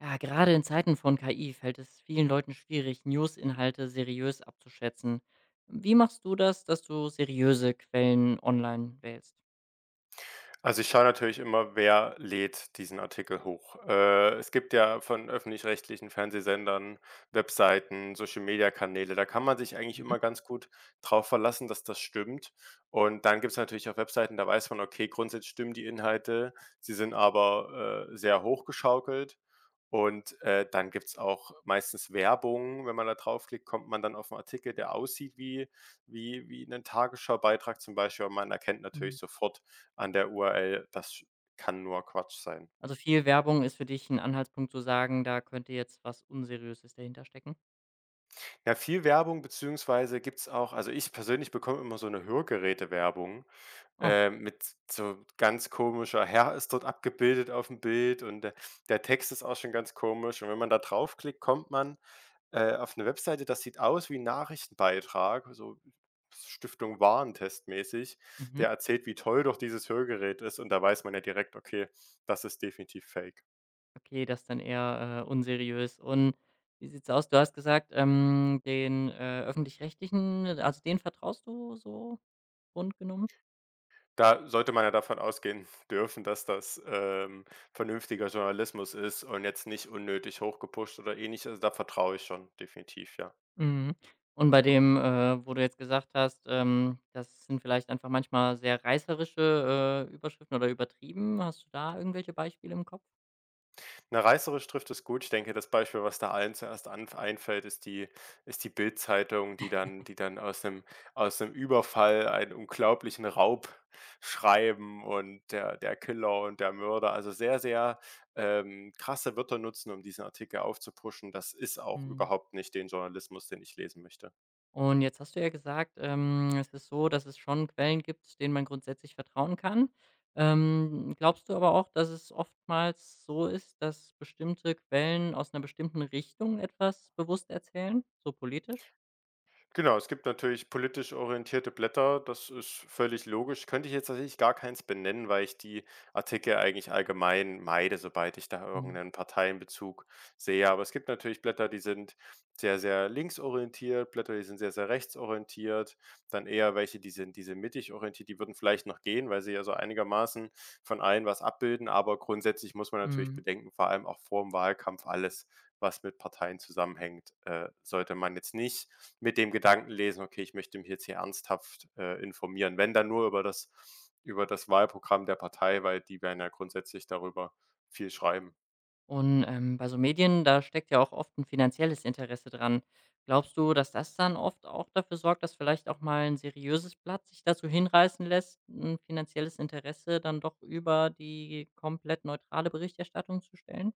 Ja, gerade in Zeiten von KI fällt es vielen Leuten schwierig, News-Inhalte seriös abzuschätzen. Wie machst du das, dass du seriöse Quellen online wählst? Also, ich schaue natürlich immer, wer lädt diesen Artikel hoch. Es gibt ja von öffentlich-rechtlichen Fernsehsendern Webseiten, Social-Media-Kanäle, da kann man sich eigentlich Mhm. immer ganz gut drauf verlassen, dass das stimmt. Und dann gibt es natürlich auch Webseiten, da weiß man, okay, grundsätzlich stimmen die Inhalte, sie sind aber, sehr hochgeschaukelt. Und dann gibt es auch meistens Werbung. Wenn man da draufklickt, kommt man dann auf einen Artikel, der aussieht wie wie ein Tagesschau-Beitrag zum Beispiel, aber man erkennt Mhm. natürlich sofort an der URL, das kann nur Quatsch sein. Also viel Werbung ist für dich ein Anhaltspunkt zu sagen, da könnte jetzt was Unseriöses dahinter stecken? Ja, viel Werbung beziehungsweise gibt's auch also, ich persönlich bekomme immer so 'ne Hörgerätewerbung, Oh, mit so ganz komischer Herr ist dort abgebildet auf dem Bild und der Text ist auch schon ganz komisch. Und wenn man da draufklickt, kommt man, auf eine Webseite, das sieht aus wie 'n Nachrichtenbeitrag, so Stiftung Warentest mäßig, mhm. der erzählt, wie toll doch dieses Hörgerät ist und da weiß man ja direkt: „Okay, das ist definitiv fake.“ Okay, das ist dann eher, unseriös. Und wie sieht's aus? Du hast gesagt, den, Öffentlich-Rechtlichen, also den vertraust du so grundgenommen? Da sollte man ja davon ausgehen dürfen, dass das, vernünftiger Journalismus ist und jetzt nicht unnötig hochgepusht oder Ähnliches. Also, da vertraue ich schon, definitiv, ja. Mhm. Und bei dem, wo du jetzt gesagt hast, das sind vielleicht einfach manchmal sehr reißerische, Überschriften oder übertrieben. Hast du da irgendwelche Beispiele im Kopf? Na, reißerisch trifft es gut. Ich denke, das Beispiel, was da allen zuerst anf einfällt, ist die Bild-Zeitung, die dann aus 'nem Überfall einen unglaublichen Raub schreiben und der Killer und der Mörder. Also, sehr, sehr, krasse Wörter nutzen, um diesen Artikel aufzupuschen. Das ist auch Mhm. überhaupt nicht den Journalismus, den ich lesen möchte. Und jetzt hast du ja gesagt, es ist so, dass es schon Quellen gibt, denen man grundsätzlich vertrauen kann. Glaubst du aber auch, dass es oftmals so ist, dass bestimmte Quellen aus einer bestimmten Richtung etwas bewusst erzählen, so politisch? Genau, es gibt natürlich politisch orientierte Blätter, das ist völlig logisch. Könnte ich jetzt tatsächlich gar keins benennen, weil ich die Artikel eigentlich allgemein meide, sobald ich da Mhm. irgendeinen Parteienbezug sehe. Aber es gibt natürlich Blätter, die sind sehr, sehr linksorientiert, Blätter, die sind sehr, sehr rechtsorientiert, dann eher welche, die sind diese mittig orientiert, die würden vielleicht noch gehen, weil sie ja so einigermaßen von allen was abbilden. Aber grundsätzlich muss man natürlich Mhm. bedenken, vor allem auch vor dem Wahlkampf alles was mit Parteien zusammenhängt, sollte man jetzt nicht mit dem Gedanken lesen: „Okay, ich möchte mich jetzt hier ernsthaft, informieren.“ Wenn, dann nur über das Wahlprogramm der Partei, weil die werden ja grundsätzlich darüber viel schreiben. Und, bei so Medien, da steckt ja auch oft ein finanzielles Interesse dran. Glaubst du, dass das dann oft auch dafür sorgt, dass vielleicht auch mal ein seriöses Blatt sich dazu hinreißen lässt, ein finanzielles Interesse dann doch über die komplett neutrale Berichterstattung zu stellen?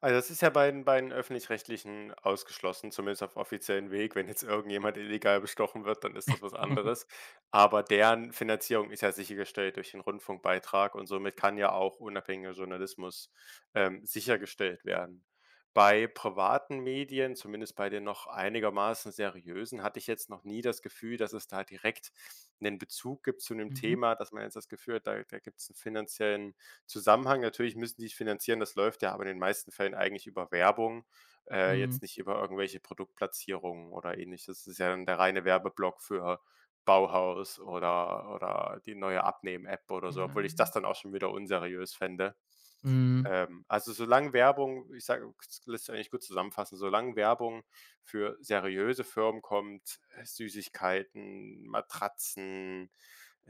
Also, das ist ja bei den Öffentlich-Rechtlichen ausgeschlossen, zumindest auf offiziellen Weg. Wenn jetzt irgendjemand illegal bestochen wird, dann ist das was anderes. Aber deren Finanzierung ist ja sichergestellt durch den Rundfunkbeitrag und somit kann ja auch unabhängiger Journalismus, sichergestellt werden. Bei privaten Medien, zumindest bei den noch einigermaßen seriösen, hatte ich jetzt noch nie das Gefühl, dass es da direkt einen Bezug gibt zu einem Mhm. Thema, dass man jetzt das Gefühl hat, da gibt es einen finanziellen Zusammenhang. Natürlich müssen die es finanzieren, das läuft ja aber in den meisten Fällen eigentlich über Werbung, Mhm. jetzt nicht über irgendwelche Produktplatzierungen oder Ähnliches. Das ist ja dann der reine Werbeblock für Bauhaus oder die neue abnehmen app oder so, obwohl ich das Ja. dann auch schon wieder unseriös fände. Mhm. Also, solange Werbung ich sage das lässt sich eigentlich gut zusammenfassen, solange Werbung für seriöse Firmen kommt, Süßigkeiten, Matratzen,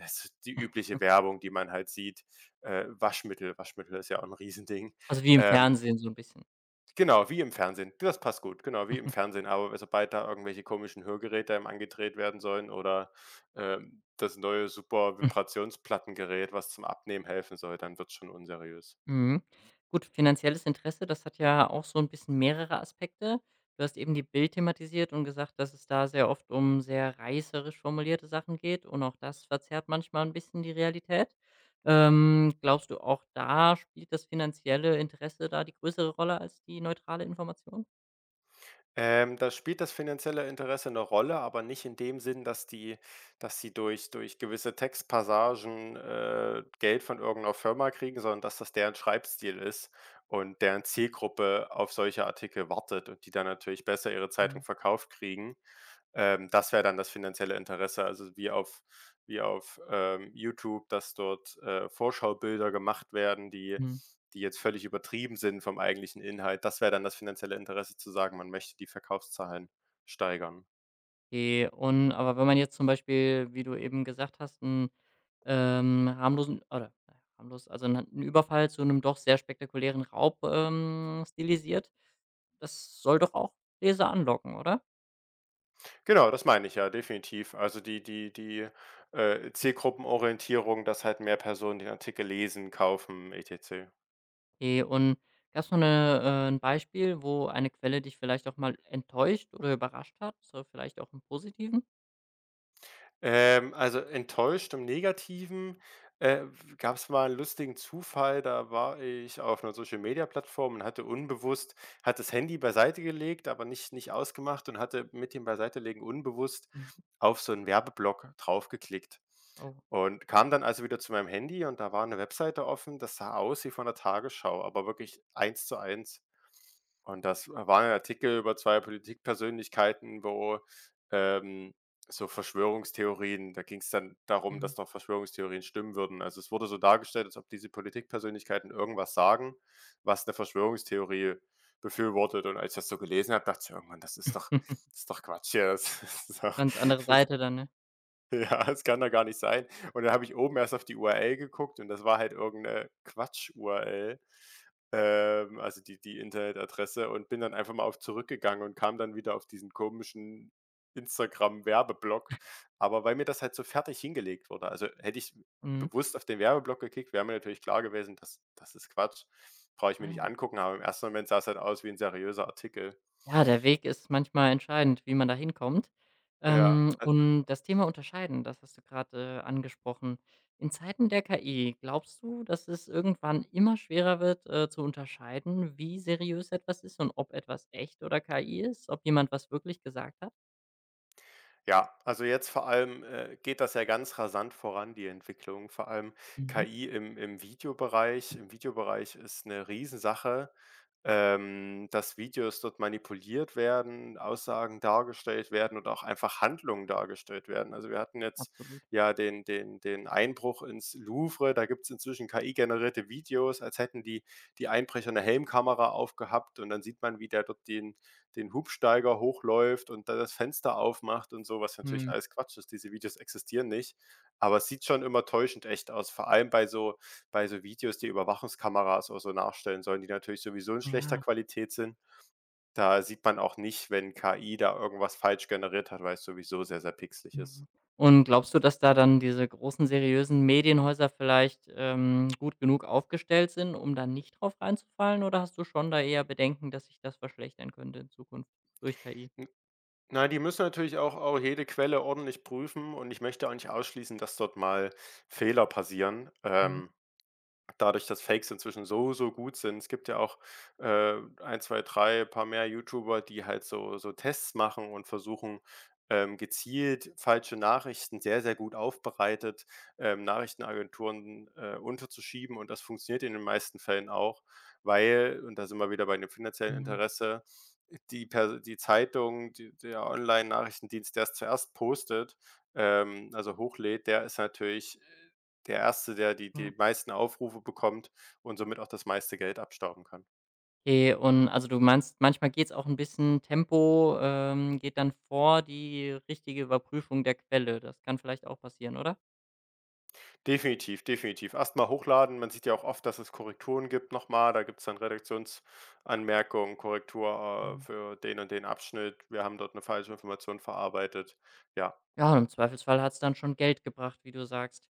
es ist die übliche Werbung, die man halt sieht, Waschmittel. Waschmittel ist ja auch ein Riesending. Also, wie im Ähm, Fernsehen so ein bisschen. genau, wie im Fernsehen. Das passt gut, genau, wie im Fernsehen. Aber sobald da irgendwelche komischen Hörgeräte einem angedreht werden sollen oder, das neue super Vibrationsplattengerät, was zum Abnehmen helfen soll, dann wird's schon unseriös. Mhm. Gut, finanzielles Interesse, das hat ja auch so ein bisschen mehrere Aspekte. Du hast eben die Bild thematisiert und gesagt, dass es da sehr oft um sehr reißerisch formulierte Sachen geht und auch das verzerrt manchmal ein bisschen die Realität. Glaubst du, auch da spielt das finanzielle Interesse da die größere Rolle als die neutrale Information? Da spielt das finanzielle Interesse eine Rolle, aber nicht in dem Sinn, dass die dass sie durch gewisse Textpassagen, Geld von irgendeiner Firma kriegen, sondern dass das deren Schreibstil ist und deren Zielgruppe auf solche Artikel wartet und die dann natürlich besser ihre Zeitung verkauft kriegen. Das wäre dann das finanzielle Interesse, also wie auf wie auf YouTube, dass dort, Vorschaubilder gemacht werden, die Mhm. die jetzt völlig übertrieben sind vom eigentlichen Inhalt. Das wäre dann das finanzielle Interesse zu sagen, man möchte die Verkaufszahlen steigern. Okay, und aber wenn man jetzt zum Beispiel, wie du eben gesagt hast, einen harmlosen oder na ja, harmlos also einen Überfall zu einem doch sehr spektakulären Raub, stilisiert. Das soll doch auch Leser anlocken, oder? Genau, das meine ich ja, definitiv. Also die Zielgruppenorientierung, dass halt mehr Personen den Artikel lesen, kaufen, et cetera. Okay, und gab es noch 'ne 'n Beispiel, wo eine Quelle dich vielleicht auch mal enttäuscht oder überrascht hat, so vielleicht auch im Positiven? Also enttäuscht im Negativen, w gab's mal 'n lustigen Zufall, da war ich auf 'ner Social-Media-Plattform und hatte unbewusst hatte das Handy beiseite gelegt, aber nicht ausgemacht und hatte mit dem Beiseitelegen unbewusst Mhm. auf so 'n Werbeblock drauf geklickt Oh, und kam dann also wieder zu meinem Handy und da war 'ne Webseite offen, das sah aus wie von der Tagesschau, aber wirklich 1 zu 1. Und das war 'n Artikel über 2 Politikpersönlichkeiten, wo, ähm, so Verschwörungstheorien da ging es dann darum, mhm. dass doch Verschwörungstheorien stimmen würden. Also, es wurde so dargestellt, als ob diese Politikpersönlichkeiten irgendwas sagen, was eine Verschwörungstheorie befürwortet. Und als ich das so gelesen habe, dachte ich irgendwann: „Das ist doch das ist doch Quatsch hier. Das ist doch“ Ganz andere Seite dann, ne? Ja, das kann doch gar nicht sein. Und dann habe ich oben erst auf die URL geguckt und das war halt irgend 'ne Quatsch-URL, also die Internetadresse und bin dann einfach mal auf zurückgegangen und kam dann wieder auf diesen komischen Instagram-Werbeblock. Aber weil mir das halt so fertig hingelegt wurde, also hätte ich Mhm. bewusst auf den Werbeblock gekickt, wäre mir natürlich klar gewesen, dass das ist Quatsch, brauche ich mir Ah nicht ja. angucken, aber im ersten Moment sah es halt aus wie ein seriöser Artikel. Ja, der Weg ist manchmal entscheidend, wie man da hinkommt. Ja. Und das Thema Unterscheiden, das hast du gerade, angesprochen. In Zeiten der KI, glaubst du, dass es irgendwann immer schwerer wird, zu unterscheiden, wie seriös etwas ist und ob etwas echt oder KI ist? Ob jemand was wirklich gesagt hat? Ja, also jetzt vor allem geht das ja ganz rasant voran, die Entwicklung. Vor allem Mhm, KI im Videobereich. Im Videobereich ist eine Riesensache, dass Videos dort manipuliert werden, Aussagen dargestellt werden und auch einfach Handlungen dargestellt werden. Also wir hatten jetzt absolut. ja den Einbruch ins Louvre. Da gibt es inzwischen KI-generierte Videos, als hätten die Einbrecher eine Helmkamera aufgehabt und dann sieht man, wie der dort den Hubsteiger hochläuft und da das Fenster aufmacht und so, was natürlich Mhm, alles Quatsch ist. Diese Videos existieren nicht, aber es sieht schon immer täuschend echt aus, vor allem bei so Videos, die Überwachungskameras oder so nachstellen sollen, die natürlich sowieso in schlechter ja. Qualität sind. Da sieht man auch nicht, wenn KI da irgendwas falsch generiert hat, weil es sowieso sehr, sehr pixelig ist. Mhm. Und glaubst du, dass da dann diese großen seriösen Medienhäuser vielleicht, gut genug aufgestellt sind, um da nicht drauf reinzufallen, oder hast du schon da eher Bedenken, dass sich das verschlechtern könnte in Zukunft durch KI? N die müssen natürlich auch jede Quelle ordentlich prüfen und ich möchte auch nicht ausschließen, dass dort mal Fehler passieren. Mhm, Dadurch, dass Fakes inzwischen so, so gut sind. Es gibt ja auch, äh, 1, 2, 3, paar mehr YouTuber, die halt so Tests machen und versuchen, gezielt falsche Nachrichten sehr, sehr gut aufbereitet, Nachrichtenagenturen, unterzuschieben und das funktioniert in den meisten Fällen auch, weil und da sind wir wieder bei dem finanziellen mhm, Interesse, die Zeitung, die der Online-Nachrichtendienst, der's zuerst postet, also hochlädt, der ist natürlich der erste, der die ja. meisten Aufrufe bekommt und somit auch das meiste Geld abstauben kann. Okay, und also du meinst, manchmal geht es auch ein bisschen Tempo, geht dann vor die richtige Überprüfung der Quelle. Das kann vielleicht auch passieren, oder? Definitiv, definitiv. Erst mal hochladen. Man sieht ja auch oft, dass es Korrekturen gibt nochmal. Da gibt es dann Redaktionsanmerkungen, Korrektur, Mhm. für den und den Abschnitt. Wir haben dort eine falsche Information verarbeitet. Ja. Ja, und im Zweifelsfall hat es dann schon Geld gebracht, wie du sagst.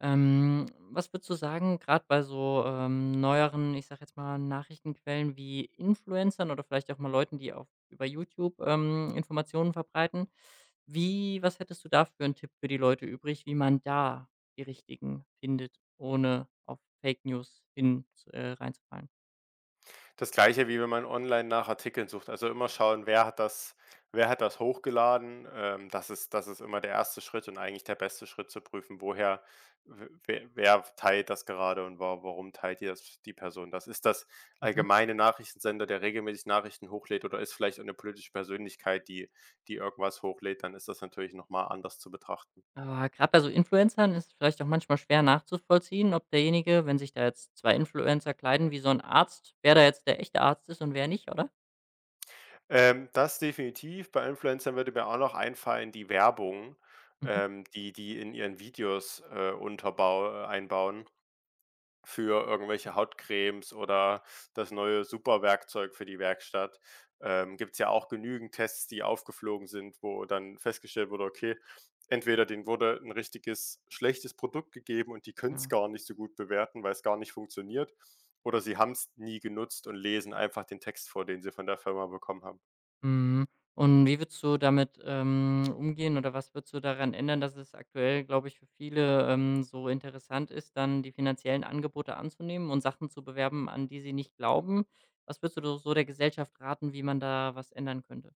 Was würdest du sagen, gerade bei so, neueren, ich sage jetzt mal, Nachrichtenquellen wie Influencern oder vielleicht auch mal Leuten, die auf über YouTube, Informationen verbreiten. Wie was hättest du da für 'n Tipp für die Leute übrig, wie man da die Richtigen findet, ohne auf Fake News hin reinzufallen? Das Gleiche, wie wenn man online nach Artikeln sucht. Also, immer schauen, wer hat das hochgeladen? Das ist immer der erste Schritt und eigentlich der beste Schritt zu prüfen, woher w wer wer teilt das gerade und wa warum teilt die Person das? Ist das Mhm. allgemeine Nachrichtensender, der regelmäßig Nachrichten hochlädt oder ist vielleicht eine politische Persönlichkeit, die irgendwas hochlädt, dann ist das natürlich noch mal anders zu betrachten. Aber grad bei so Influencern ist es vielleicht auch manchmal schwer nachzuvollziehen, ob derjenige wenn sich da jetzt 2 Influencer kleiden wie so ein Arzt, wer da jetzt der echte Arzt ist und wer nicht, oder? Das definitiv. Bei Influencern würde mir auch noch einfallen, die Werbung, Mhm. Die in ihren Videos, unterbau einbauen für irgendwelche Hautcremes oder das neue Superwerkzeug für die Werkstatt. Gibt es ja auch genügend Tests, die aufgeflogen sind, wo dann festgestellt wurde, okay, entweder denen wurde ein richtiges schlechtes Produkt gegeben und die können es Ja. gar nicht so gut bewerten, weil es gar nicht funktioniert, oder sie haben es nie genutzt und lesen einfach den Text vor, den sie von der Firma bekommen haben. Mhm. Und wie würdest du damit, umgehen oder was würdest du daran ändern, dass es aktuell, glaube ich, für viele, so interessant ist, dann die finanziellen Angebote anzunehmen und Sachen zu bewerben, an die sie nicht glauben? Was würdest du so so der Gesellschaft raten, wie man da was ändern könnte?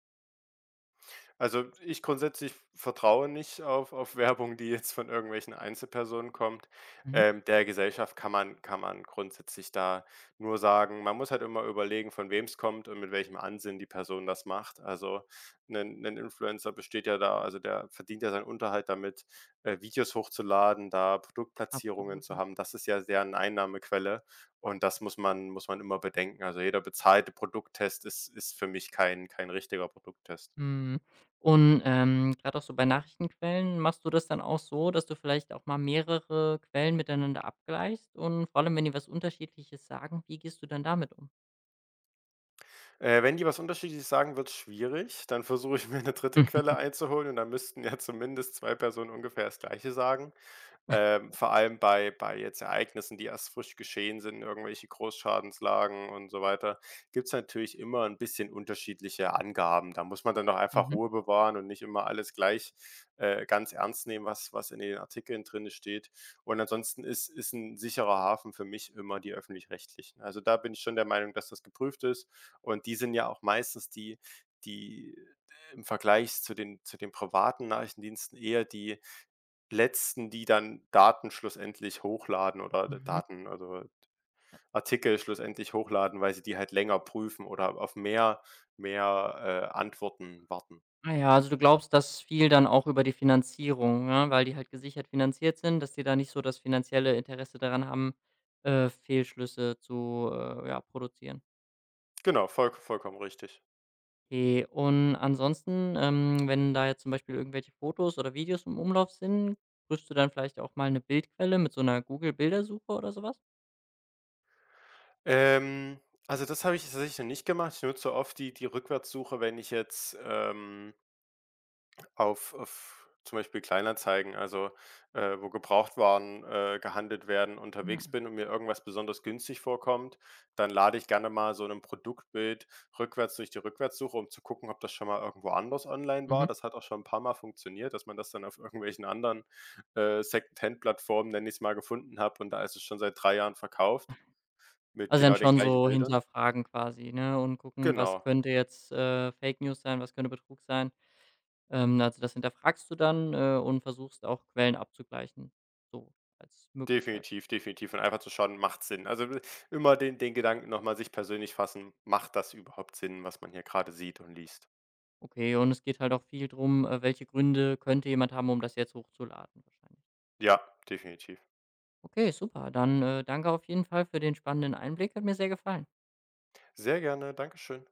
Also, ich grundsätzlich vertraue nicht auf Werbung, die jetzt von irgendwelchen Einzelpersonen kommt. Mhm, Der Gesellschaft kann man grundsätzlich da nur sagen man muss halt immer überlegen, von wem es kommt und mit welchem Ansinnen die Person das macht. Also, ein Influencer besteht ja da also, der verdient ja seinen Unterhalt damit, Videos hochzuladen, da Produktplatzierungen absolut, zu ja. haben. Das ist ja sehr eine Einnahmequelle und das muss man immer bedenken. Also, jeder bezahlte Produkttest ist für mich kein richtiger Produkttest. Mhm. Und, grad auch so bei Nachrichtenquellen, machst du das dann auch so, dass du vielleicht auch mal mehrere Quellen miteinander abgleichst? Und vor allem, wenn die was Unterschiedliches sagen, wie gehst du dann damit um? Wenn die was Unterschiedliches sagen, wird es schwierig. Dann versuche ich mir eine dritte Quelle einzuholen und dann müssten ja zumindest 2 Personen ungefähr das Gleiche sagen. Vor allem bei jetzt Ereignissen, die erst frisch geschehen sind, irgendwelche Großschadenslagen und so weiter, gibt es natürlich immer ein bisschen unterschiedliche Angaben. Da muss man dann doch einfach Mhm, Ruhe bewahren und nicht immer alles gleich, ganz ernst nehmen, was in den Artikeln drin steht. Und ansonsten ist ein sicherer Hafen für mich immer die Öffentlich-Rechtlichen. Also, da bin ich schon der Meinung, dass das geprüft ist und die sind ja auch meistens die im Vergleich zu den privaten Nachrichtendiensten eher die Letzten, die dann Daten schlussendlich hochladen oder d mhm. Daten, also Artikel schlussendlich hochladen, weil sie die halt länger prüfen oder auf mehr, Antworten warten. Ah ja, also du glaubst, dass viel dann auch über die Finanzierung, ne, weil die halt gesichert finanziert sind, dass die da nicht so das finanzielle Interesse daran haben, Fehlschlüsse zu, ja, produzieren. Genau, voll vollkommen richtig. Okay, und ansonsten, wenn da jetzt zum Beispiel irgendwelche Fotos oder Videos im Umlauf sind, prüfst du dann vielleicht auch mal eine Bildquelle mit so einer Google-Bildersuche oder sowas? Ähm, also das habe ich tatsächlich noch nicht gemacht. Ich nutze oft die Rückwärtssuche, wenn ich jetzt, Auf zum Beispiel Kleinanzeigen, also, wo Gebrauchtwaren, gehandelt werden, Ja. unterwegs bin und mir irgendwas besonders günstig vorkommt, dann lade ich gerne mal so ein Produktbild rückwärts durch die Rückwärtssuche, um zu gucken, ob das schon mal irgendwo anders online Mhm. war. Das hat auch schon ein paar Mal funktioniert, dass man das dann auf irgendwelchen anderen, Secondhand-Plattformen, nenne ich's mal, gefunden habe und da ist es schon seit 3 Jahren verkauft mit Also dann genau den schon gleichen so Bildern. hinterfragen quasi, ne, und gucken, was Genau. könnte jetzt, Fake News sein, was könnte Betrug sein? Also, das hinterfragst du dann, und versuchst auch Quellen abzugleichen, so als Möglichkeit. Definitiv, definitiv und einfach zu schauen, macht Sinn. Also, w immer den Gedanken noch mal sich persönlich fassen, macht das überhaupt Sinn, was man hier gerade sieht und liest? Okay, und es geht halt auch viel drum, welche Gründe könnte jemand haben, um das jetzt hochzuladen wahrscheinlich. Ja, definitiv. Okay, super. Dann, danke auf jeden Fall für den spannenden Einblick. Hat mir sehr gefallen. Sehr gerne, Dankeschön.